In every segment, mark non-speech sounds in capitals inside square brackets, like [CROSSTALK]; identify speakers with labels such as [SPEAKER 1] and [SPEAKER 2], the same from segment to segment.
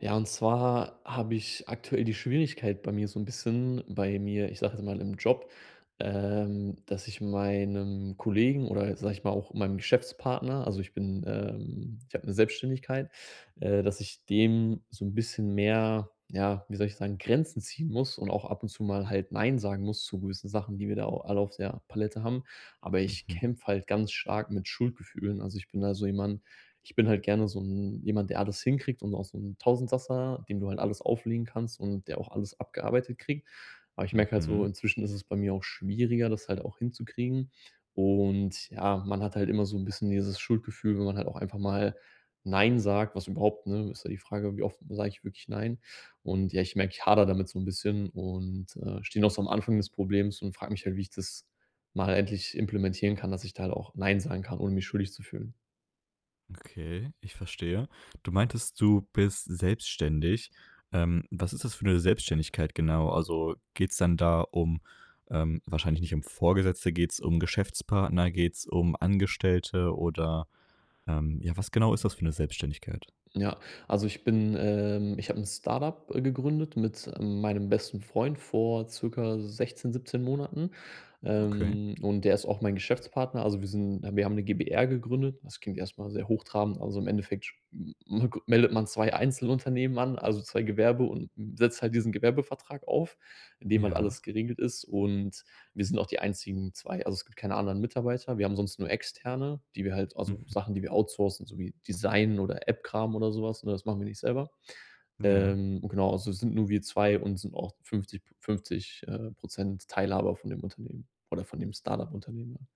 [SPEAKER 1] Ja, und zwar habe ich aktuell die Schwierigkeit bei mir so ein bisschen bei mir, ich sage jetzt mal im Job, dass ich meinem Kollegen oder sage ich mal auch meinem Geschäftspartner also, ich habe eine Selbstständigkeit, dass ich dem so ein bisschen mehr, ja, wie soll ich sagen, Grenzen ziehen muss und auch ab und zu mal halt nein sagen muss zu gewissen Sachen, die wir da au alle auf der Palette haben. Aber ich
[SPEAKER 2] Mhm,
[SPEAKER 1] kämpfe halt ganz stark mit Schuldgefühlen. Also, ich bin halt gerne so ein jemand, der alles hinkriegt und auch so ein Tausendsasser, dem du halt alles auflegen kannst und der auch alles abgearbeitet kriegt. Aber ich merke halt so,
[SPEAKER 2] mhm.
[SPEAKER 1] inzwischen ist es bei mir auch schwieriger, das halt auch hinzukriegen. Und ja, man hat halt immer so ein bisschen dieses Schuldgefühl, wenn man halt auch einfach mal nein sagt, was überhaupt ne, ist ja die Frage, wie oft sage ich wirklich nein? Und ja, ich merke, ich hadere damit so ein bisschen und, stehe noch so am Anfang des Problems und frage mich halt, wie ich das mal endlich implementieren kann, dass ich da halt auch nein sagen kann, ohne mich schuldig zu fühlen.
[SPEAKER 2] Okay, ich verstehe. Du meintest, du bist selbstständig. Was ist das für eine Selbstständigkeit genau? Also, geht's dann da um wahrscheinlich nicht um Vorgesetzte, geht's um Geschäftspartner, geht's um Angestellte oder, ja, was genau ist das für eine Selbstständigkeit?
[SPEAKER 1] Ja, also ich habe ein Startup gegründet mit, meinem besten Freund vor circa 16, 17 Monaten.
[SPEAKER 2] Okay,
[SPEAKER 1] Und der ist auch mein Geschäftspartner. Also wir haben 'ne GbR gegründet. Das klingt erstmal sehr hochtrabend, also im Endeffekt m m meldet man 2 Einzelunternehmen an, also 2 Gewerbe und setzt halt diesen Gewerbevertrag auf, in dem halt
[SPEAKER 2] ja,
[SPEAKER 1] alles geregelt ist und wir sind auch die einzigen 2. Also es gibt keine anderen Mitarbeiter. Wir haben sonst nur Externe, die wir halt
[SPEAKER 2] mhm,
[SPEAKER 1] also Sachen, die wir outsourcen, so wie Design oder App-Kram oder sowas. Was, ne? Das machen wir nicht selber.
[SPEAKER 2] ja.
[SPEAKER 1] Und genau, also es sind nur wir 2 und sind auch 50 50, Prozent Teilhaber von dem Unternehmen oder von dem startup unternehmen ja.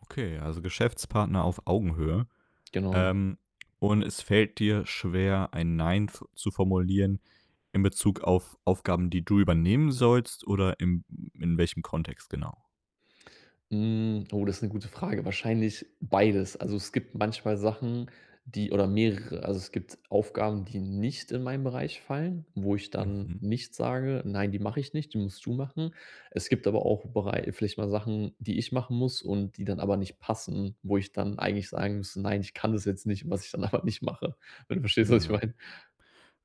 [SPEAKER 2] Okay, also Geschäftspartner auf Augenhöhe.
[SPEAKER 1] Genau.
[SPEAKER 2] Ähm, und es fällt dir schwer, ein „Nein" f zu formulieren, in Bezug auf Aufgaben, die du übernehmen sollst oder im in welchem Kontext genau?
[SPEAKER 1] Hm, oh, das ist eine gute Frage. Wahrscheinlich beides. Also, es gibt manchmal Sachen, die oder mehrere. Also, es gibt Aufgaben, die nicht in meinen Bereich fallen, wo ich dann
[SPEAKER 2] Mhm.
[SPEAKER 1] nicht sage: „Nein, die mache ich nicht, die musst du machen." Es gibt aber auch Berei vielleicht mal Sachen, die ich machen muss und die dann aber nicht passen, wo ich dann eigentlich sagen müsste: „Nein, ich kann das jetzt nicht", was ich dann aber nicht mache, wenn du verstehst, was ich
[SPEAKER 2] Ja,
[SPEAKER 1] meine.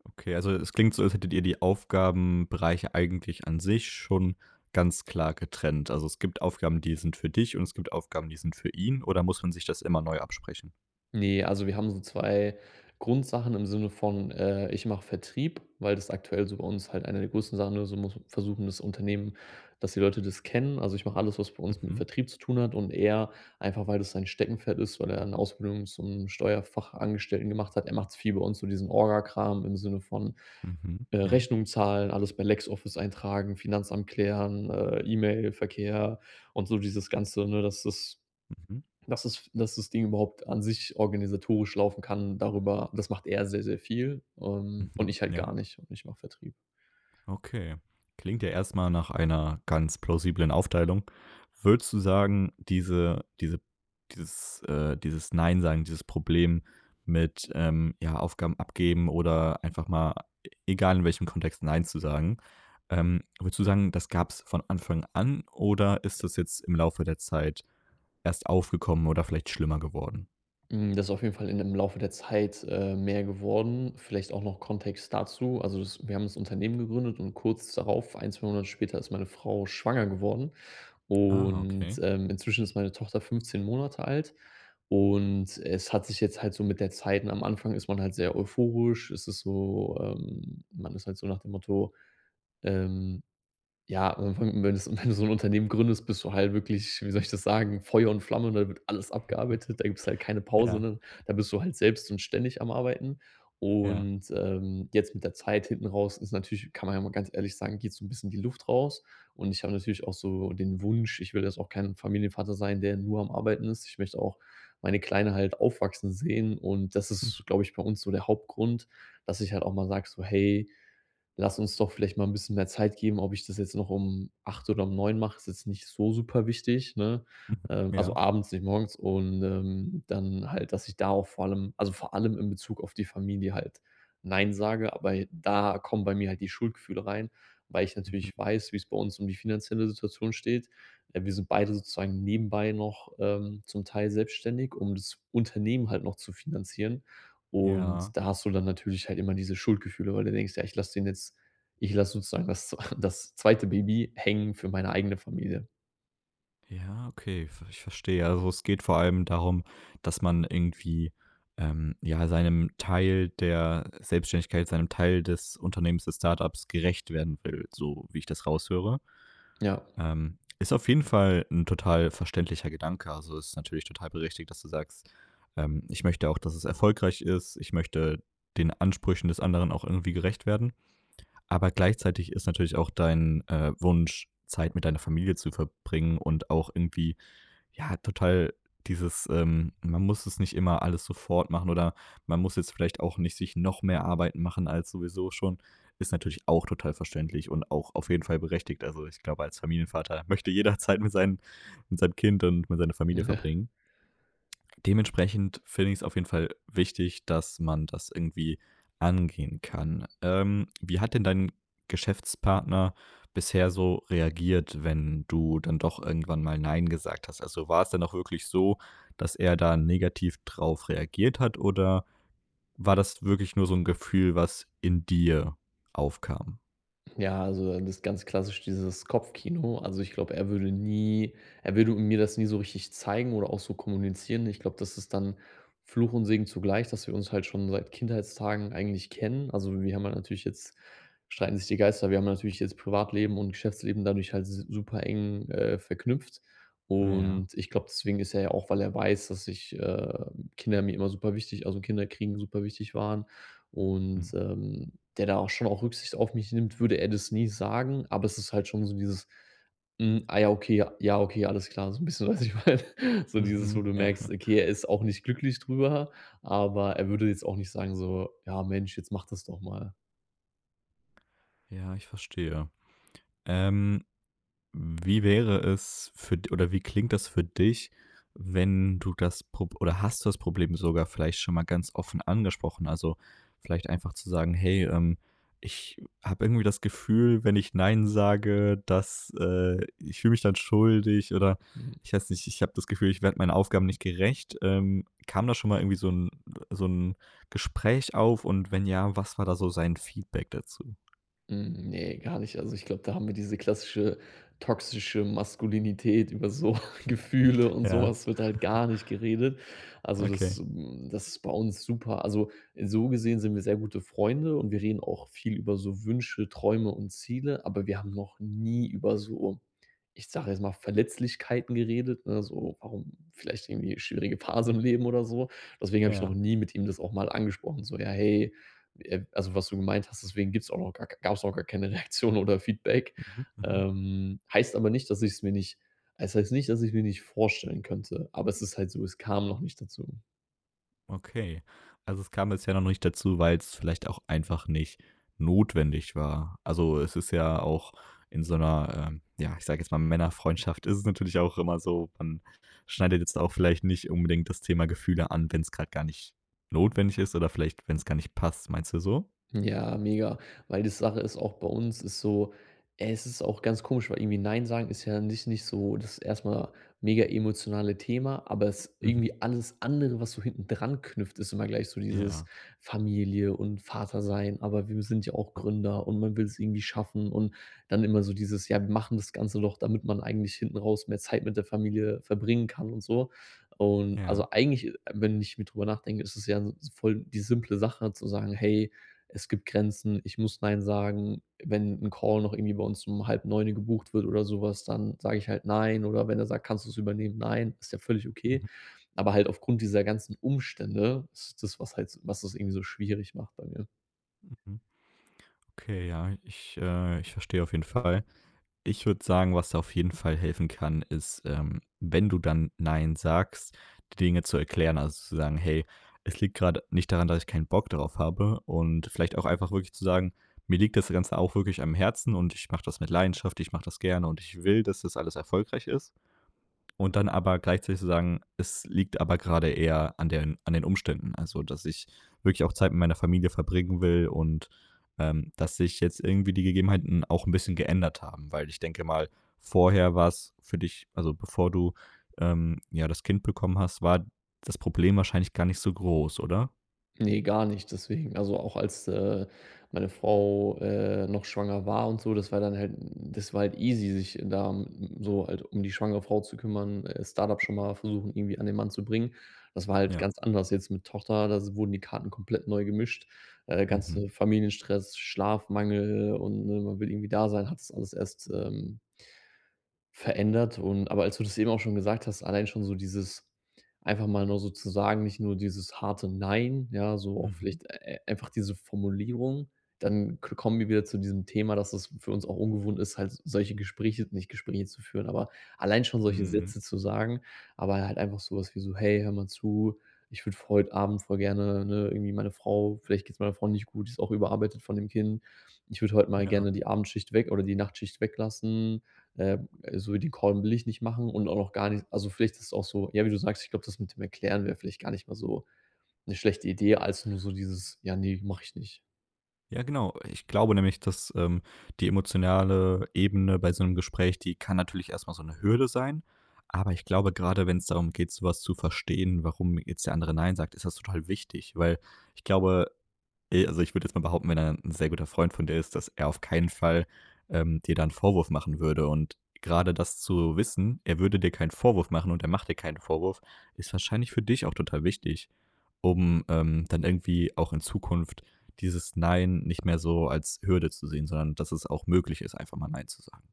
[SPEAKER 2] okay. Also, es klingt so, als hättet ihr die Aufgabenbereiche eigentlich an sich schon ganz klar getrennt. Also, es gibt Aufgaben, die sind für dich und es gibt Aufgaben, die sind für ihn oder muss man sich das immer neu absprechen?
[SPEAKER 1] Nee, also wir haben so 2 Grundsachen im Sinne von, ich mache Vertrieb, weil das aktuell so bei uns halt eine der größten Sachen ist. So muss versuchen, das Unternehmen dass die Leute das kennen. Also, ich mache alles, was bei uns mit
[SPEAKER 2] Mhm,
[SPEAKER 1] Vertrieb zu tun hat und er einfach, weil das sein Steckenpferd ist, weil er eine Ausbildung zum Steuerfachangestellten gemacht hat. Er macht viel bei uns so diesen Orga-Kram im Sinne von,
[SPEAKER 2] mhm, ja,
[SPEAKER 1] Rechnungen zahlen, alles bei LexOffice eintragen, Finanzamt klären, E-Mail-Verkehr und so dieses Ganze, ne?
[SPEAKER 2] mhm,
[SPEAKER 1] Dass das Ding überhaupt an sich organisatorisch laufen kann, darüber das macht er sehr, sehr viel, und
[SPEAKER 2] mhm,
[SPEAKER 1] ich halt
[SPEAKER 2] ja.
[SPEAKER 1] gar nicht und ich mache Vertrieb.
[SPEAKER 2] Okay. Klingt ja erstmal nach einer ganz plausiblen Aufteilung. Würdest du sagen, diese dieses dieses Nein sagen, dieses Problem mit, ja, Aufgaben abgeben oder einfach mal, e egal in welchem Kontext, nein zu sagen, würdest du sagen, das gab's von Anfang an oder ist das jetzt im Laufe der Zeit erst aufgekommen oder vielleicht schlimmer geworden?
[SPEAKER 1] Hm, das ist auf jeden Fall in im Laufe der Zeit, mehr geworden. Vielleicht auch noch Kontext dazu. Also, das wir haben das Unternehmen gegründet und kurz darauf, ein 2 Monate später, ist meine Frau schwanger geworden
[SPEAKER 2] Ah,
[SPEAKER 1] und,
[SPEAKER 2] okay.
[SPEAKER 1] inzwischen ist meine Tochter 15 Monate alt und es hat sich jetzt halt so mit der Zeit und am Anfang ist man halt sehr euphorisch. Es ist so, man ist halt so nach dem Motto, ähm ja, und wenn wenn du's wenn du so 'n Unternehmen gründest, bist du halt wirklich, wie soll ich das sagen, Feuer und Flamme, da wird alles abgearbeitet, da gibt's halt keine Pause,
[SPEAKER 2] Ja,
[SPEAKER 1] ne? Da bist du halt selbst und ständig am Arbeiten.
[SPEAKER 2] ja.
[SPEAKER 1] Und, jetzt mit der Zeit hinten raus ist natürlich kann man ja mal ganz ehrlich sagen, geht so 'n bisschen die Luft raus. Und ich habe natürlich auch so den Wunsch, ich will jetzt auch kein Familienvater sein, der nur am Arbeiten ist. Ich möchte auch meine Kleine halt aufwachsen sehen. Und das ist, glaube ich, bei uns so der Hauptgrund, dass ich halt auch mal sage so: „Hey, lass uns doch vielleicht mal ein bisschen mehr Zeit geben. Ob ich das jetzt noch um 8 oder um 9 mache, ist jetzt nicht so super wichtig, ne?
[SPEAKER 2] [LAUGHS]
[SPEAKER 1] Also
[SPEAKER 2] Ja.
[SPEAKER 1] abends, nicht morgens und, dann halt, dass ich da auch vor allem also vor allem in Bezug auf die Familie halt nein sage, aber da kommen bei mir halt die Schuldgefühle rein, weil ich
[SPEAKER 2] Mhm.
[SPEAKER 1] natürlich weiß, wie es bei uns um die finanzielle Situation steht. Wir sind beide sozusagen nebenbei noch, zum Teil selbstständig, um das Unternehmen halt noch zu finanzieren.
[SPEAKER 2] Ja.
[SPEAKER 1] Und da hast du dann natürlich halt immer diese Schuldgefühle, weil du denkst: „Ja, ich lasse sozusagen das [LAUGHS] das 2. Baby hängen für meine eigene Familie."
[SPEAKER 2] Ja, okay, ver ich verstehe. Also, es geht vor allem darum, dass man irgendwie, ja, seinem Teil der Selbstständigkeit, seinem Teil des Unternehmens, des Startups gerecht werden will, so wie ich das raushöre.
[SPEAKER 1] Ja.
[SPEAKER 2] Ist auf jeden Fall ein total verständlicher Gedanke. Also, ist natürlich total berechtigt, dass du sagst: ich möchte auch, dass es erfolgreich ist. Ich möchte den Ansprüchen des anderen auch irgendwie gerecht werden." Aber gleichzeitig ist natürlich auch dein, Wunsch, Zeit mit deiner Familie zu verbringen und auch irgendwie ja, halt total dieses, man muss es nicht immer alles sofort machen oder man muss jetzt vielleicht auch nicht sich noch mehr Arbeiten machen als sowieso schon, ist natürlich auch total verständlich und auch auf jeden Fall berechtigt. Also, ich glaube, als Familienvater möchte jederzeit mit seinen mit seinem Kind und mit seiner Familie
[SPEAKER 1] [LAUGHS]
[SPEAKER 2] verbringen. Dementsprechend finde ich es auf jeden Fall wichtig, dass man das irgendwie angehen kann. Wie hat denn dein Geschäftspartner bisher so reagiert, wenn du dann doch irgendwann mal nein gesagt hast? Also, war es dann auch wirklich so, dass er da negativ drauf reagiert hat oder war das wirklich nur so ein Gefühl, was in dir aufkam?
[SPEAKER 1] Ja, also das ist ganz klassisch dieses Kopfkino. Also, ich glaube, er würde nie, er würde mir das nie so richtig zeigen oder auch so kommunizieren. Ich glaube, das ist dann Fluch und Segen zugleich, dass wir uns halt schon seit Kindheitstagen eigentlich kennen. Also, wir haben halt natürlich jetzt streiten sich die Geister. Wir haben natürlich jetzt Privatleben und Geschäftsleben dadurch halt s super eng, verknüpft.
[SPEAKER 2] Ja.
[SPEAKER 1] Und ich glaube, deswegen ist er ja auch weil er weiß, dass ich, Kinder mir immer super wichtig also, Kinder kriegen super wichtig waren und,
[SPEAKER 2] Mhm.
[SPEAKER 1] der da auch schon auch Rücksicht auf mich nimmt, würde er das nie sagen, aber es ist halt schon so dieses: „Hm, ah ja, okay, ja, ja, okay, alles klar", so ein bisschen, [LAUGHS] was ich meine? [LAUGHS] So dieses, wo
[SPEAKER 2] Mhm.
[SPEAKER 1] du
[SPEAKER 2] Ja.
[SPEAKER 1] merkst,
[SPEAKER 2] [LAUGHS]
[SPEAKER 1] okay, er ist auch nicht glücklich drüber, aber er würde jetzt auch nicht sagen so: „Ja, Mensch, jetzt mach das doch mal."
[SPEAKER 2] Ja, ich verstehe. Ähm Wie wäre es für d oder wie klingt das für dich, wenn du das Prob oder hast du das Problem sogar vielleicht schon mal ganz offen angesprochen? Also, vielleicht einfach zu sagen: „Hey, ich habe irgendwie das Gefühl, wenn ich nein sage, dass, ich fühle mich dann schuldig oder
[SPEAKER 1] Hm.
[SPEAKER 2] ich weiß nicht, ich habe das Gefühl, ich werde meinen Aufgaben nicht gerecht." Kam da schon mal irgendwie so ein Gespräch auf und wenn ja, was war da so sein Feedback dazu?
[SPEAKER 1] Hm, ne, gar nicht. Also, ich glaube, da haben wir diese klassische toxische Maskulinität, über so [LAUGHS] Gefühle und
[SPEAKER 2] Ja,
[SPEAKER 1] sowas wird halt gar nicht geredet. Also, das
[SPEAKER 2] okay.
[SPEAKER 1] das ist bei uns super. Also, so gesehen sind wir sehr gute Freunde und wir reden auch viel über so Wünsche, Träume und Ziele, aber wir haben noch nie über so, ich sage jetzt mal, Verletzlichkeiten geredet, ne, so warum vielleicht irgendwie schwierige Phase im Leben oder so. Deswegen habe ich noch
[SPEAKER 2] Ja.
[SPEAKER 1] nie mit ihm das auch mal angesprochen, so: „Ja, hey, also, was du gemeint hast, deswegen gibt's auch noch gar gab's auch gar keine Reaktion oder Feedback.
[SPEAKER 2] Mhm, mhm.
[SPEAKER 1] Heißt aber nicht, dass ich es mir nicht. Es heißt nicht, dass ich mir nicht vorstellen könnte, aber es ist halt so, es kam noch nicht dazu.
[SPEAKER 2] Okay. Also, es kam bisher noch nicht dazu, weil es vielleicht auch einfach nicht notwendig war. Also, es ist ja auch in so einer, ja, ich sage jetzt mal Männerfreundschaft ist es natürlich auch immer so, man schneidet jetzt auch vielleicht nicht unbedingt das Thema Gefühle an, wenn es gerade gar nicht notwendig ist oder vielleicht, wenn es gar nicht passt. Meinst du so?
[SPEAKER 1] Ja, mega. Weil die Sache ist auch bei uns ist so es ist auch ganz komisch, weil irgendwie „Nein" sagen ist ja nicht so das erstmal mega emotionale Thema, aber es
[SPEAKER 2] Mhm.
[SPEAKER 1] irgendwie alles andere, was so hinten dran knüpft, ist immer gleich so dieses
[SPEAKER 2] Ja.
[SPEAKER 1] Familie und Vater sein, aber wir sind ja auch
[SPEAKER 2] Hm,
[SPEAKER 1] Gründer und man will es irgendwie schaffen und dann immer so dieses: „Ja, wir machen das Ganze doch, damit man eigentlich hinten raus mehr Zeit mit der Familie verbringen kann" und so. Und,
[SPEAKER 2] ja.
[SPEAKER 1] also, eigentlich, wenn ich mir drüber nachdenke, ist es ja so voll die simple Sache zu sagen: „Hey, es gibt Grenzen, ich muss nein sagen. Wenn ein Call noch irgendwie bei uns um 8:30 gebucht wird oder sowas, dann sage ich halt nein oder wenn er sagt: „Kannst du es übernehmen?" Nein, ist ja völlig okay.
[SPEAKER 2] Mhm,
[SPEAKER 1] Aber halt aufgrund dieser ganzen Umstände ist das, was halt was das irgendwie so schwierig macht bei mir.
[SPEAKER 2] mhm. Okay, ja, ich, ich verstehe auf jeden Fall. Ich würde sagen, was da auf jeden Fall helfen kann, ist, wenn du dann „Nein" sagst, die Dinge zu erklären. Also, zu sagen: „Hey, es liegt gerade nicht daran, dass ich keinen Bock darauf habe." Und vielleicht auch einfach wirklich zu sagen: „Mir liegt das Ganze auch wirklich am Herzen und ich mache das mit Leidenschaft, ich mache das gerne und ich will, dass das alles erfolgreich ist." Und dann aber gleichzeitig zu sagen, es liegt aber gerade eher an den Umständen. Also, dass ich wirklich auch Zeit mit meiner Familie verbringen will und dass sich jetzt irgendwie die Gegebenheiten auch ein bisschen geändert haben. Weil ich denke mal, vorher war es für dich, also bevor du ja das Kind bekommen hast, war das Problem wahrscheinlich gar nicht so groß, oder?
[SPEAKER 1] Ne, gar nicht, deswegen. Also, auch als, meine Frau, noch schwanger war und so, das war dann halt das war halt easy, sich da m so halt um die schwangere Frau zu kümmern, start schon mal versuchen, irgendwie an den Mann zu bringen. Das war halt
[SPEAKER 2] Ja.
[SPEAKER 1] ganz anders jetzt mit Tochter, da s wurden die Karten komplett neu gemischt.
[SPEAKER 2] Mhm.
[SPEAKER 1] Ganze Familienstress, Schlafmangel und, ne, man will irgendwie da sein, hat es alles erst, verändert und aber als du das eben auch schon gesagt hast, allein schon so dieses einfach mal nur so zu sagen, nicht nur dieses harte Nein, ja, so auch
[SPEAKER 2] Mhm.
[SPEAKER 1] vielleicht, einfach diese Formulierung, dann k kommen wir wieder zu diesem Thema, dass es für uns auch ungewohnt ist, halt solche Gespräche nicht Gespräche zu führen, aber allein schon solche
[SPEAKER 2] Mhm.
[SPEAKER 1] Sätze zu sagen, aber halt einfach sowas wie so: „Hey, hör mal zu, ich würde heute Abend voll gerne, ne, irgendwie meine Frau vielleicht geht es meiner Frau nicht gut, die ist auch überarbeitet von dem Kind. Ich würde heute mal
[SPEAKER 2] Ja.
[SPEAKER 1] gerne die Abendschicht weg oder die Nachtschicht weglassen. Äh, so den Call will ich nicht machen und auch noch gar nicht also vielleicht ist es auch so ja, wie du sagst, ich glaube, das mit dem Erklären wäre vielleicht gar nicht mal so eine schlechte Idee, als nur so dieses: „Ja, nee mache ich nicht."
[SPEAKER 2] Ja, genau. Ich glaube nämlich, dass, die emotionale Ebene bei so 'nem Gespräch, die kann natürlich erst mal so 'ne Hürde sein. Aber ich glaube, grade wenn's darum geht, so was zu verstehen, warum jetzt der andere „nein" sagt, ist das total wichtig, weil ich glaube also, ich würde jetzt mal behaupten, wenn er 'n sehr guter Freund von dir ist, dass er auf keinen Fall, dir da 'n Vorwurf machen würde. Und grade das zu wissen, er würde dir keinen Vorwurf machen und er macht dir keinen Vorwurf, ist wahrscheinlich für dich auch total wichtig um, dann irgendwie auch in Zukunft dieses Nein nicht mehr so als Hürde zu sehen, sondern dass es auch möglich ist, einfach mal Nein zu sagen.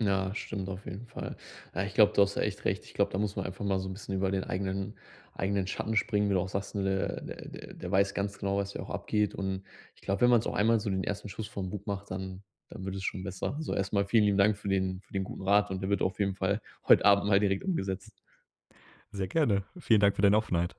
[SPEAKER 1] Ja, stimmt auf jeden Fall. Ja, ich glaube, du hast da echt recht. Ich glaube, da muss man einfach mal so ein bisschen über den eigenen Schatten springen, wie du auch sagst, ne, der weiß ganz genau, was ja auch abgeht und ich glaube, wenn man es auch einmal so den ersten Schuss vorm Bug macht, dann wird es schon besser. Also erstmal vielen lieben Dank für den guten Rat und der wird auf jeden Fall heute Abend mal direkt umgesetzt.
[SPEAKER 2] Sehr gerne. Vielen Dank für deine Offenheit.